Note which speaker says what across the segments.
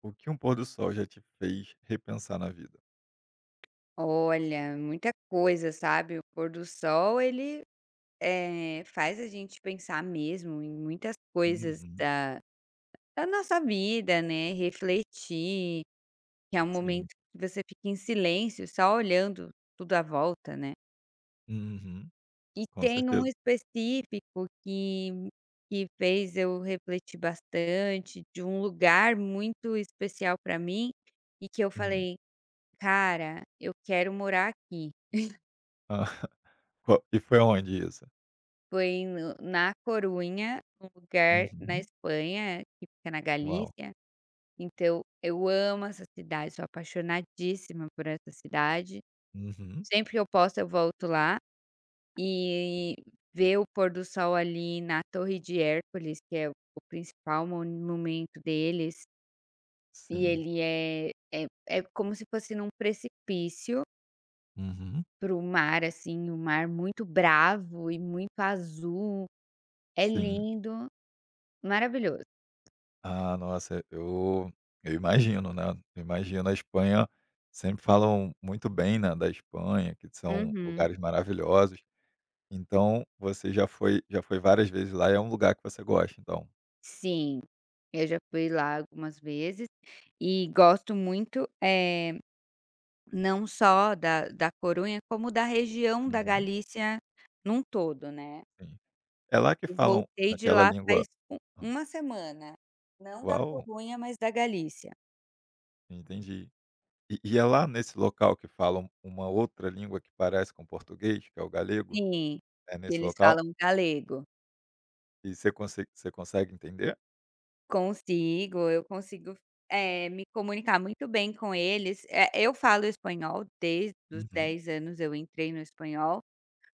Speaker 1: O que um pôr do sol já te fez repensar na vida?
Speaker 2: Olha, muita coisa, sabe, o pôr do sol ele faz a gente pensar mesmo em muitas coisas
Speaker 1: Uhum.
Speaker 2: da nossa vida, né, refletir, que é um momento
Speaker 1: Sim.
Speaker 2: que você fica em silêncio, só olhando tudo à volta, né.
Speaker 1: Uhum.
Speaker 2: E
Speaker 1: Com
Speaker 2: tem um
Speaker 1: certeza.
Speaker 2: específico que fez eu refletir bastante, de um lugar muito especial para mim, e que eu
Speaker 1: Hum.
Speaker 2: falei: "Cara, eu quero morar aqui".
Speaker 1: Hã. Qual e foi onde isso?
Speaker 2: Foi no na Corunha, um lugar na
Speaker 1: Uhum.
Speaker 2: Espanha, que fica na
Speaker 1: Uau.
Speaker 2: Galícia, então eu amo essa cidade, sou apaixonadíssima por essa cidade.
Speaker 1: Uhum.
Speaker 2: Sempre que eu posso eu volto lá, e ver o pôr do sol ali na Torre de Hércules, que é o principal monumento deles, e
Speaker 1: Sim.
Speaker 2: ele é como se fosse num precipício
Speaker 1: Uhum.
Speaker 2: para o mar, assim, o mar muito bravo e muito azul, é
Speaker 1: Sim.
Speaker 2: lindo, maravilhoso.
Speaker 1: Ah, nossa, eu imagino, né, eu imagino. A Espanha, sempre falam muito bem, né, da Espanha, que são
Speaker 2: Uhum.
Speaker 1: lugares maravilhosos. Então você já foi várias vezes lá e é um lugar que você gosta, então?
Speaker 2: Sim, eu já fui lá algumas vezes e gosto muito, não só da Corunha, como da região da
Speaker 1: Uhum.
Speaker 2: Galícia num todo, né.
Speaker 1: Sim. É lá que
Speaker 2: Eu
Speaker 1: falam
Speaker 2: voltei de
Speaker 1: aquela
Speaker 2: lá
Speaker 1: língua?
Speaker 2: faz u uma semana, não da
Speaker 1: Uau,
Speaker 2: Corunha, mas da Galícia.
Speaker 1: entendi. E é lá nesse local que falam uma outra língua que parece com português, que é o galego?
Speaker 2: Sim,
Speaker 1: É
Speaker 2: que
Speaker 1: nesse
Speaker 2: eles
Speaker 1: local?
Speaker 2: falam galego.
Speaker 1: E você conse você consegue entender?
Speaker 2: Consigo, eu consigo me comunicar muito bem com eles. Eu falo espanhol, desde os
Speaker 1: Uhum.
Speaker 2: 10 anos eu entrei no espanhol.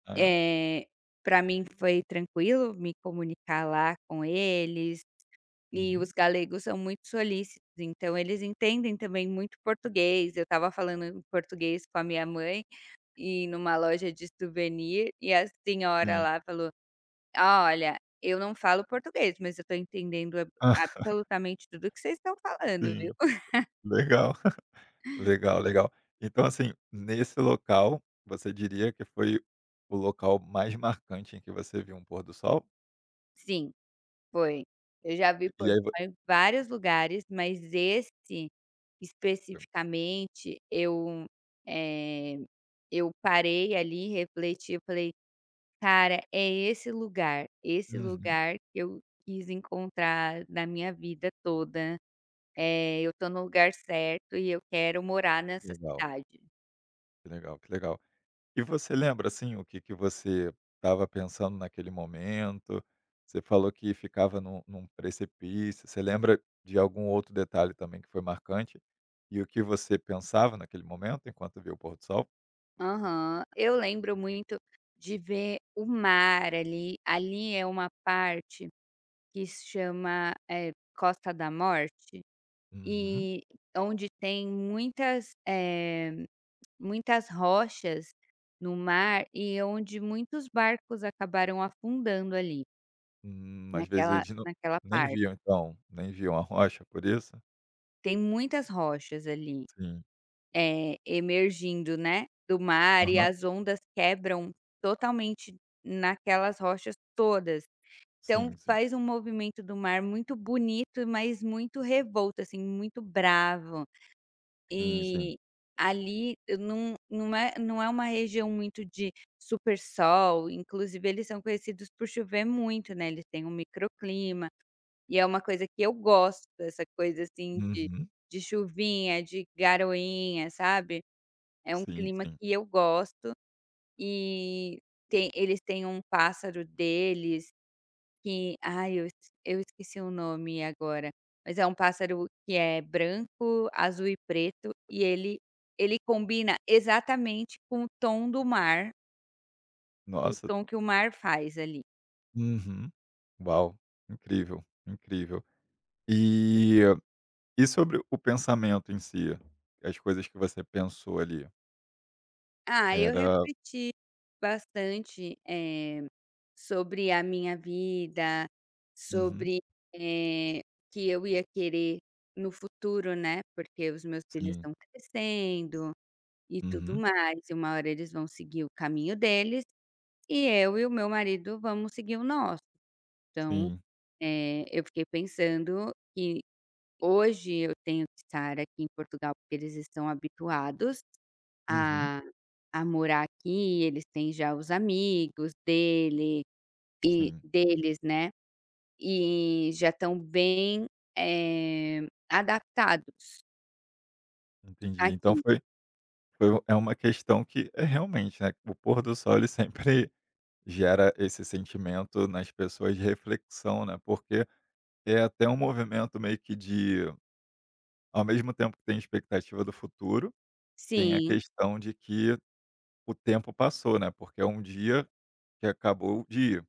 Speaker 1: É.
Speaker 2: Eh, Pra mim foi tranquilo me comunicar lá com eles, e
Speaker 1: Uhum.
Speaker 2: os galegos são muito solícitos, então eles entendem também muito português. Eu estava falando em português com a minha mãe, e numa loja de souvenir, e a senhora
Speaker 1: Sim.
Speaker 2: lá falou: "Ah, Olha, eu não falo português, mas eu estou entendendo ab absolutamente tudo que vocês estão falando, viu".
Speaker 1: Sim. Legal, legal, legal. Então, assim, nesse local, você diria que foi o local mais marcante em que você viu um pôr do sol?
Speaker 2: Sim, foi. Eu já vi
Speaker 1: E
Speaker 2: Portugal
Speaker 1: aí vo
Speaker 2: em vários lugares, mas esse especificamente, eu, eh, eu parei ali, refleti, eu falei: "Cara, é esse
Speaker 1: Uhum.
Speaker 2: lugar que eu quis encontrar na minha vida toda, eu tô no lugar certo e eu quero morar nessa
Speaker 1: Legal,
Speaker 2: cidade".
Speaker 1: que legal, que legal. E você lembra, assim, o que que você estava pensando naquele momento? Você falou que ficava num precipício. Você lembra de algum outro detalhe também que foi marcante? E o que você pensava naquele momento enquanto via o pôr do sol?
Speaker 2: Aham. Eu lembro muito de ver o mar ali, ali é uma parte que se chama, Costa da Morte,
Speaker 1: Uhum.
Speaker 2: e onde tem muitas muitas rochas no mar e onde muitos barcos acabaram afundando ali,
Speaker 1: Às vezes
Speaker 2: naquela
Speaker 1: eles não
Speaker 2: naquela
Speaker 1: nem
Speaker 2: parte.
Speaker 1: viam então, nem viam a rocha por isso?
Speaker 2: Tem muitas rochas ali,
Speaker 1: Sim.
Speaker 2: emergindo, né, do mar e
Speaker 1: Aham.
Speaker 2: as ondas quebram totalmente naquelas rochas todas. Então
Speaker 1: Sim, sim.
Speaker 2: faz um movimento do mar muito bonito, mas muito revolto, assim, muito bravo.
Speaker 1: Sim, sim.
Speaker 2: E ali eu não é não é uma região muito de super sol, inclusive eles são conhecidos por chover muito, né, eles têm um microclima, e é uma coisa que eu gosto, essa coisa assim de
Speaker 1: Uhum.
Speaker 2: de chuvinha, de garoinha, sabe. É um
Speaker 1: Sim,
Speaker 2: clima
Speaker 1: sim.
Speaker 2: que eu gosto, e tem eles têm um pássaro deles que ai, eu es eu esqueci o nome agora, mas é um pássaro que é branco, azul e preto, e ele combina exatamente com o tom do mar, o
Speaker 1: Nossa.
Speaker 2: tom que o mar faz ali.
Speaker 1: Uhum. Uau, incrível, incrível. E E sobre o pensamento em si? As coisas que você pensou ali,
Speaker 2: Ah, eu
Speaker 1: era.
Speaker 2: refleti bastante, sobre a minha vida,
Speaker 1: Uhum,
Speaker 2: sobre o que eu ia querer no futuro, né, porque os meus filhos
Speaker 1: sim,
Speaker 2: estão crescendo e tudo
Speaker 1: uhum,
Speaker 2: mais, e uma hora eles vão seguir o caminho deles. E eu e o meu marido vamos seguir o nosso. Então,
Speaker 1: sim,
Speaker 2: eu fiquei pensando que hoje eu tenho que estar aqui em Portugal, porque eles estão habituados
Speaker 1: uhum,
Speaker 2: a a morar aqui, eles têm já os amigos dele e
Speaker 1: sim,
Speaker 2: deles, né, e já estão bem, eh, adaptados
Speaker 1: entendi. Então
Speaker 2: aqui.
Speaker 1: foi foi u é uma questão que é realmente, né, o pôr do sol ele sempre gera esse sentimento nas pessoas de reflexão, né, porque é até um movimento meio que de, ao mesmo tempo que tem expectativa do futuro, tem a
Speaker 2: Sim.
Speaker 1: questão de que o tempo passou, né, porque é um dia que acabou o dia.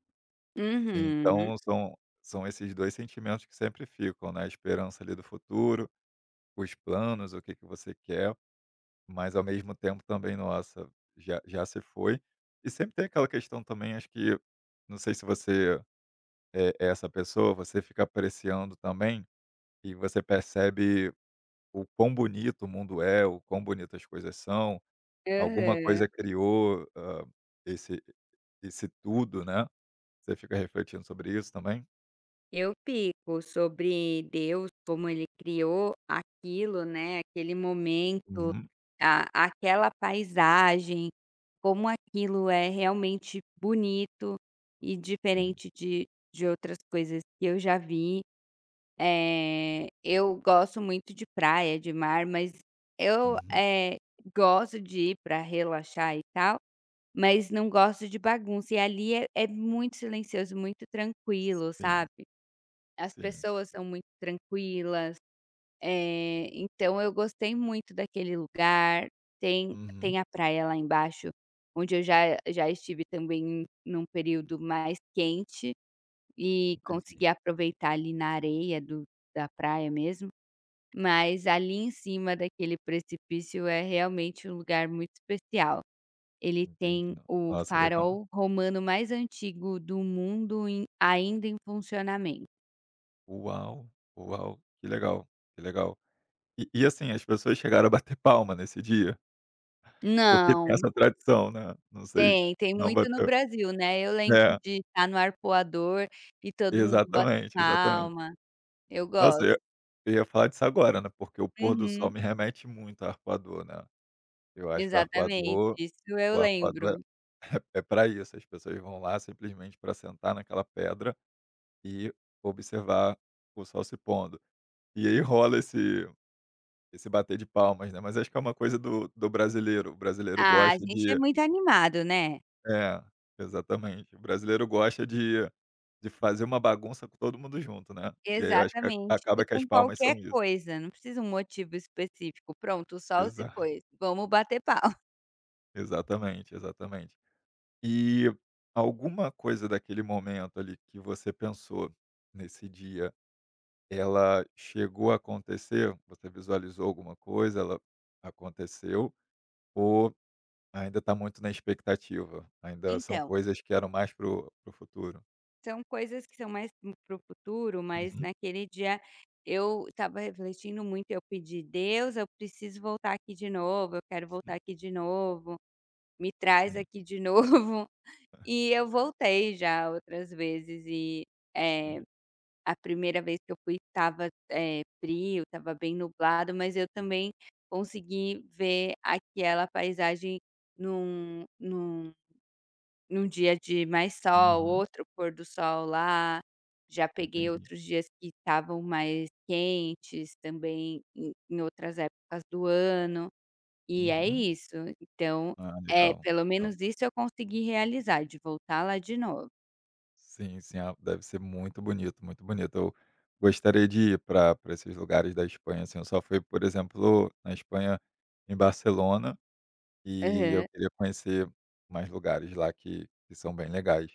Speaker 2: Uhum.
Speaker 1: Então são esses 2 sentimentos que sempre ficam, né, a esperança ali do futuro, os planos, o que que você quer, mas ao mesmo tempo também, nossa, já se foi. E sempre tem aquela questão também, acho que não sei se você é é essa pessoa, você fica apreciando também e você percebe o quão bonito o mundo é, o quão bonitas as coisas são, alguma
Speaker 2: Aham.
Speaker 1: coisa criou, hã, esse esse tudo, né. Você fica refletindo sobre isso também?
Speaker 2: Eu fico sobre Deus, como ele criou aquilo, né, aquele momento,
Speaker 1: Uhum,
Speaker 2: a aquela paisagem, como aquilo é realmente bonito e
Speaker 1: sim.
Speaker 2: diferente de outras coisas que eu já vi. Eu gosto muito de praia, de mar, mas eu,
Speaker 1: Uhum.
Speaker 2: eh, gosto de ir para relaxar e tal, mas não gosto de bagunça. E ali é muito silencioso, muito tranquilo,
Speaker 1: Sim,
Speaker 2: sabe? As
Speaker 1: sim.
Speaker 2: pessoas são muito tranquilas, então eu gostei muito daquele lugar. Tem
Speaker 1: Uhum.
Speaker 2: tem a praia lá embaixo, onde eu já estive também num período mais quente e
Speaker 1: Entendi,
Speaker 2: consegui aproveitar ali na areia do da praia mesmo, mas ali em cima daquele precipício é realmente um lugar muito especial. Ele
Speaker 1: entendi.
Speaker 2: tem
Speaker 1: No
Speaker 2: o
Speaker 1: Nossa, legal.
Speaker 2: farol romano mais antigo do mundo em ainda em funcionamento.
Speaker 1: Uau, uau, que legal, que legal. E assim, as pessoas chegaram a bater palma nesse dia? Porque tem
Speaker 2: Não.
Speaker 1: essa tradição, né, não sei se.
Speaker 2: Tem, tem
Speaker 1: Não
Speaker 2: muito no
Speaker 1: bateu.
Speaker 2: Brasil, né. Eu lembro
Speaker 1: É,
Speaker 2: de estar no Arpoador e todo mundo bater
Speaker 1: exatamente, exatamente.
Speaker 2: palma. Eu
Speaker 1: Nossa, eu
Speaker 2: gosto.
Speaker 1: ia eu ia falar disso agora, né, porque o pôr do
Speaker 2: Uhum,
Speaker 1: sol me remete muito ao Arpoador, né. Eu acho que o
Speaker 2: exatamente,
Speaker 1: Arpoador
Speaker 2: isso eu
Speaker 1: o Arpoador
Speaker 2: lembro.
Speaker 1: é é pra isso, as pessoas vão lá simplesmente para sentar naquela pedra e observar o sol se pondo. E aí rola esse bater de palmas, né, mas acho que é uma coisa do brasileiro, o brasileiro
Speaker 2: Ah, a
Speaker 1: gosta
Speaker 2: gente é
Speaker 1: de
Speaker 2: muito animado, né.
Speaker 1: é, exatamente. O brasileiro gosta de fazer uma bagunça com todo mundo junto, né. E aí eu acho que
Speaker 2: Exatamente. E
Speaker 1: acaba que as
Speaker 2: com
Speaker 1: palmas
Speaker 2: qualquer
Speaker 1: são isso.
Speaker 2: coisa, não precisa um motivo específico. "Pronto, o sol se
Speaker 1: Exa
Speaker 2: pôs, vamos bater palma".
Speaker 1: Exatamente, exatamente. E alguma coisa daquele momento ali que você pensou nesse dia, ela chegou a acontecer? Você visualizou alguma coisa, ela aconteceu? Ou ainda está muito na expectativa, ainda são
Speaker 2: Então,
Speaker 1: coisas que eram mais pro o futuro.
Speaker 2: são coisas que são mais para o futuro, mas
Speaker 1: Uhum,
Speaker 2: naquele dia eu estava refletindo muito, eu pedi: "Deus, eu preciso voltar aqui de novo, eu quero voltar
Speaker 1: sim,
Speaker 2: aqui de novo, me traz
Speaker 1: sim,
Speaker 2: aqui de novo".
Speaker 1: é,
Speaker 2: E eu voltei já outras vezes e, eh,
Speaker 1: sim.
Speaker 2: a primeira vez que eu fui estava, frio, estava bem nublado, mas eu também consegui ver aquela paisagem num num dia de mais sol,
Speaker 1: Uhum,
Speaker 2: outro pôr do sol lá, já peguei
Speaker 1: entendi.
Speaker 2: outros dias que estavam mais quentes também em outras épocas do ano, e é
Speaker 1: Uhum.
Speaker 2: isso. Então,
Speaker 1: Ah,
Speaker 2: é,
Speaker 1: legal,
Speaker 2: pelo
Speaker 1: legal.
Speaker 2: menos isso eu consegui realizar, de voltar lá de novo.
Speaker 1: Sim, sim, ah, deve ser muito bonito, muito bonito. Eu gostaria de ir para esses lugares da Espanha, assim, eu só fui, por exemplo, na Espanha, em Barcelona, e
Speaker 2: Aham,
Speaker 1: eu queria conhecer mais lugares lá que são bem legais.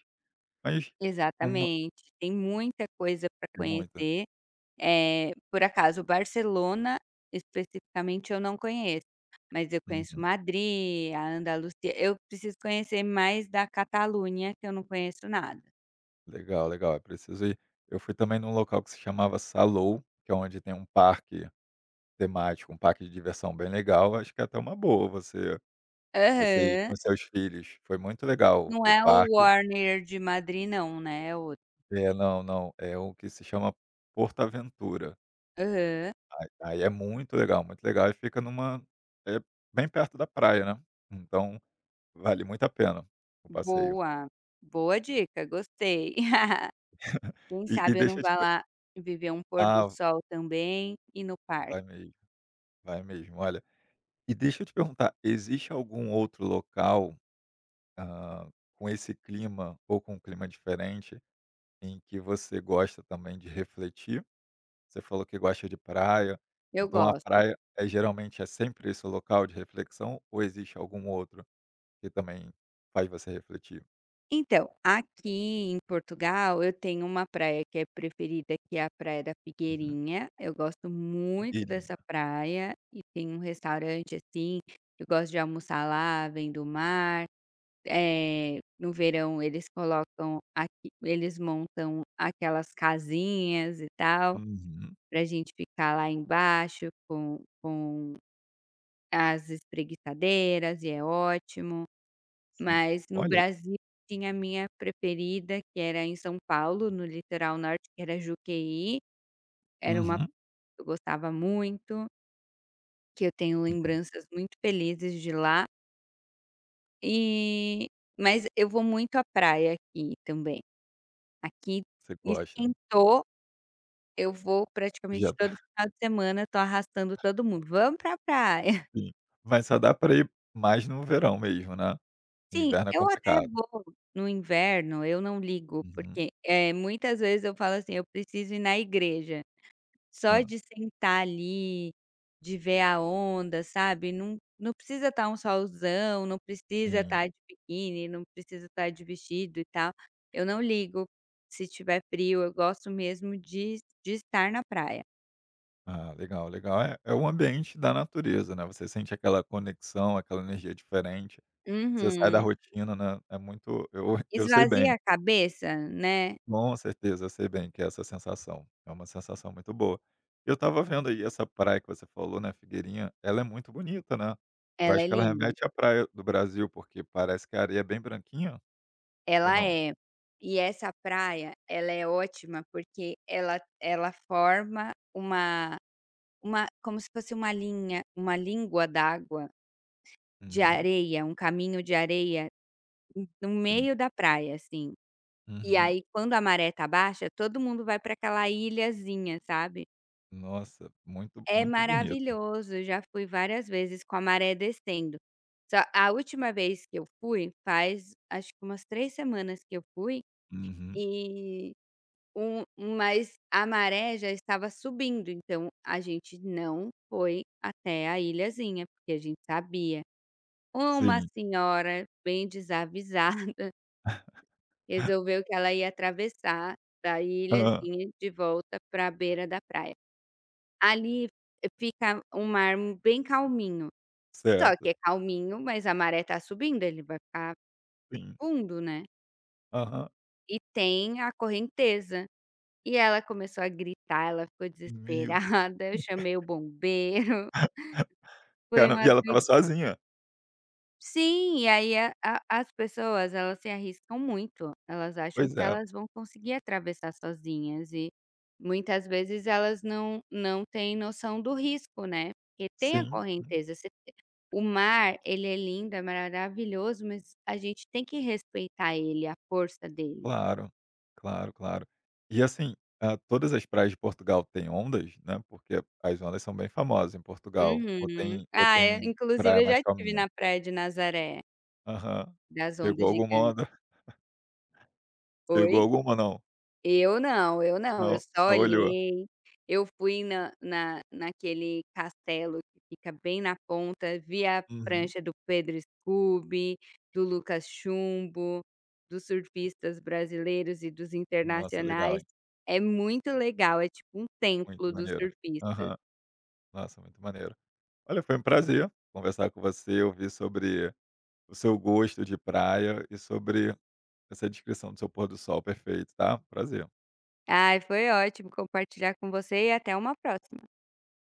Speaker 1: Mas uma
Speaker 2: exatamente. Tem muita coisa para
Speaker 1: tem muita.
Speaker 2: conhecer. Por acaso, Barcelona, especificamente, eu não conheço, mas eu conheço
Speaker 1: Uhum.
Speaker 2: Madrid, a Andaluzia. Eu preciso conhecer mais da Catalunha, que eu não conheço nada.
Speaker 1: Legal, legal, é preciso ir. Eu fui também num local que se chamava Salou, que é onde tem um parque temático, um parque de diversão bem legal, acho que é até uma boa você ir
Speaker 2: Aham.
Speaker 1: com seus filhos. Foi muito legal
Speaker 2: Não
Speaker 1: o
Speaker 2: é o
Speaker 1: parque.
Speaker 2: Warner de Madrid não, né, é outro.
Speaker 1: É, não, não, é o que se chama PortAventura.
Speaker 2: Aham.
Speaker 1: Aí é muito legal e fica numa é bem perto da praia, né, então vale muito a pena o passeio.
Speaker 2: Boa. Boa dica, gostei. Quem
Speaker 1: E
Speaker 2: sabe eu não
Speaker 1: deixa eu te
Speaker 2: vá
Speaker 1: per
Speaker 2: lá viver um pôr do
Speaker 1: Ah,
Speaker 2: sol também e no parque.
Speaker 1: vai mesmo, vai mesmo. Olha, e deixa eu te perguntar, existe algum outro local, ah, com esse clima ou com um clima diferente em que você gosta também de refletir? Você falou que gosta de praia,
Speaker 2: Eu
Speaker 1: então a
Speaker 2: gosto.
Speaker 1: praia é geralmente é sempre esse o local de reflexão ou existe algum outro que também faz você refletir?
Speaker 2: Então, aqui em Portugal eu tenho uma praia que é preferida, que é a praia da
Speaker 1: Uhum.
Speaker 2: Figueirinha. Eu gosto muito dessa
Speaker 1: Ribeirinho.
Speaker 2: praia e tem um restaurante assim, eu gosto de almoçar lá, vendo o mar. No verão eles colocam aqui, eles montam aquelas casinhas e tal,
Speaker 1: Uhum,
Speaker 2: pra gente ficar lá embaixo com as espreguiçadeiras e é ótimo.
Speaker 1: sim.
Speaker 2: Mas no
Speaker 1: Olha,
Speaker 2: Brasil tinha a minha preferida, que era em São Paulo, no litoral norte, que era Juqueí, era uma
Speaker 1: uhum,
Speaker 2: que eu gostava muito, que eu tenho
Speaker 1: entendi.
Speaker 2: lembranças muito felizes de lá, e mas eu vou muito à praia aqui também. Aqui
Speaker 1: Você gosta.
Speaker 2: esquentou, eu vou praticamente
Speaker 1: Já
Speaker 2: todo
Speaker 1: tá
Speaker 2: final de semana, tô arrastando todo mundo: "Vamos pra praia".
Speaker 1: sim. Mas só dá para ir mais no verão mesmo, né.
Speaker 2: Sim,
Speaker 1: Inverno é
Speaker 2: eu até
Speaker 1: complicado.
Speaker 2: vou no inverno, eu não ligo,
Speaker 1: Uhum.
Speaker 2: porque, é muitas vezes eu falo assim: "Eu preciso ir na igreja". Só
Speaker 1: Hã.
Speaker 2: de sentar ali, de ver a onda, sabe, não precisa estar um solzão, não precisa
Speaker 1: Sim.
Speaker 2: estar de biquíni, não precisa estar de vestido e tal. Eu não ligo se tiver frio, eu gosto mesmo de estar na praia.
Speaker 1: Ah, legal, legal. É é o ambiente da natureza, né, você sente aquela conexão, aquela energia diferente, você sai da
Speaker 2: Uhum.
Speaker 1: rotina, né, é muito eu sei
Speaker 2: Esvazia
Speaker 1: bem,
Speaker 2: a cabeça, né.
Speaker 1: com certeza, eu sei bem que é essa sensação, é uma sensação muito boa. Eu estava vendo aí essa praia que você falou, né, Figueirinha, ela é muito bonita, né. Eu
Speaker 2: Ela é
Speaker 1: acho que ela
Speaker 2: linda,
Speaker 1: remete à praia do Brasil, porque parece que a areia é bem branquinha, ou
Speaker 2: ela
Speaker 1: não?
Speaker 2: é. E essa praia, ela é ótima porque ela forma uma como se fosse uma linha uma língua d'água de
Speaker 1: Uhum,
Speaker 2: areia, um caminho de areia no
Speaker 1: sim.
Speaker 2: meio da praia, assim. E
Speaker 1: Uhum.
Speaker 2: aí quando a maré tá baixa, todo mundo vai pra aquela ilhazinha, sabe.
Speaker 1: Nossa, muito,
Speaker 2: É
Speaker 1: muito bonito.
Speaker 2: maravilhoso, eu já fui várias vezes com a maré descendo. Só a última vez que eu fui, faz acho que umas 3 semanas que eu fui,
Speaker 1: Uhum,
Speaker 2: e um mas a maré já estava subindo, então a gente não foi até a ilhazinha, porque a gente sabia. Uma
Speaker 1: sim.
Speaker 2: senhora bem desavisada resolveu que ela ia atravessar da
Speaker 1: Hã,
Speaker 2: ilhazinha de volta para a beira da praia. Ali fica um mar bem calminho, só
Speaker 1: certo,
Speaker 2: que é calminho, mas a maré tá subindo, ele vai ficar
Speaker 1: sim.
Speaker 2: fundo, né.
Speaker 1: Aham.
Speaker 2: E tem a correnteza. E ela começou a gritar, ela ficou
Speaker 1: Meu Deus.
Speaker 2: desesperada, eu chamei o bombeiro, foi
Speaker 1: Caramba,
Speaker 2: uma.
Speaker 1: e ela estava sozinha.
Speaker 2: Sim, e aí a as pessoas elas se arriscam muito, elas acham
Speaker 1: Pois
Speaker 2: que
Speaker 1: é.
Speaker 2: elas vão conseguir atravessar sozinhas e muitas vezes elas não têm noção do risco, né, porque tem a
Speaker 1: Sim, sim.
Speaker 2: correnteza, você te o mar ele é lindo, é maravilhoso, mas a gente tem que respeitar ele, a força dele.
Speaker 1: Claro. Claro, claro. E assim, hã, todas as praias de Portugal têm ondas, né, porque as ondas são bem famosas em Portugal.
Speaker 2: Uhum.
Speaker 1: Ou
Speaker 2: Ah, é,
Speaker 1: tem
Speaker 2: inclusive
Speaker 1: praia
Speaker 2: eu já
Speaker 1: mais
Speaker 2: estive
Speaker 1: calminha?
Speaker 2: na praia de Nazaré,
Speaker 1: Aham.
Speaker 2: das
Speaker 1: Pegou
Speaker 2: ondas
Speaker 1: alguma onda?
Speaker 2: gigantes.
Speaker 1: Pegou
Speaker 2: Oi?
Speaker 1: alguma, não?
Speaker 2: Eu não, eu
Speaker 1: Não,
Speaker 2: só
Speaker 1: só olhou.
Speaker 2: olhei. Eu fui na naquele castelo que fica bem na ponta, vi a
Speaker 1: Uhum.
Speaker 2: prancha do Pedro Scooby, do Lucas Chumbo, dos surfistas brasileiros e dos
Speaker 1: Nossa, legal,
Speaker 2: internacionais.
Speaker 1: hein.
Speaker 2: É muito legal, é tipo um templo
Speaker 1: Muito
Speaker 2: dos
Speaker 1: maneiro.
Speaker 2: surfistas.
Speaker 1: Aham. Nossa, muito maneiro. Olha, foi um prazer conversar com você, ouvir sobre o seu gosto de praia e sobre essa descrição do seu pôr do sol, perfeito, tá? Prazer.
Speaker 2: Ai, foi ótimo compartilhar com você e até uma próxima.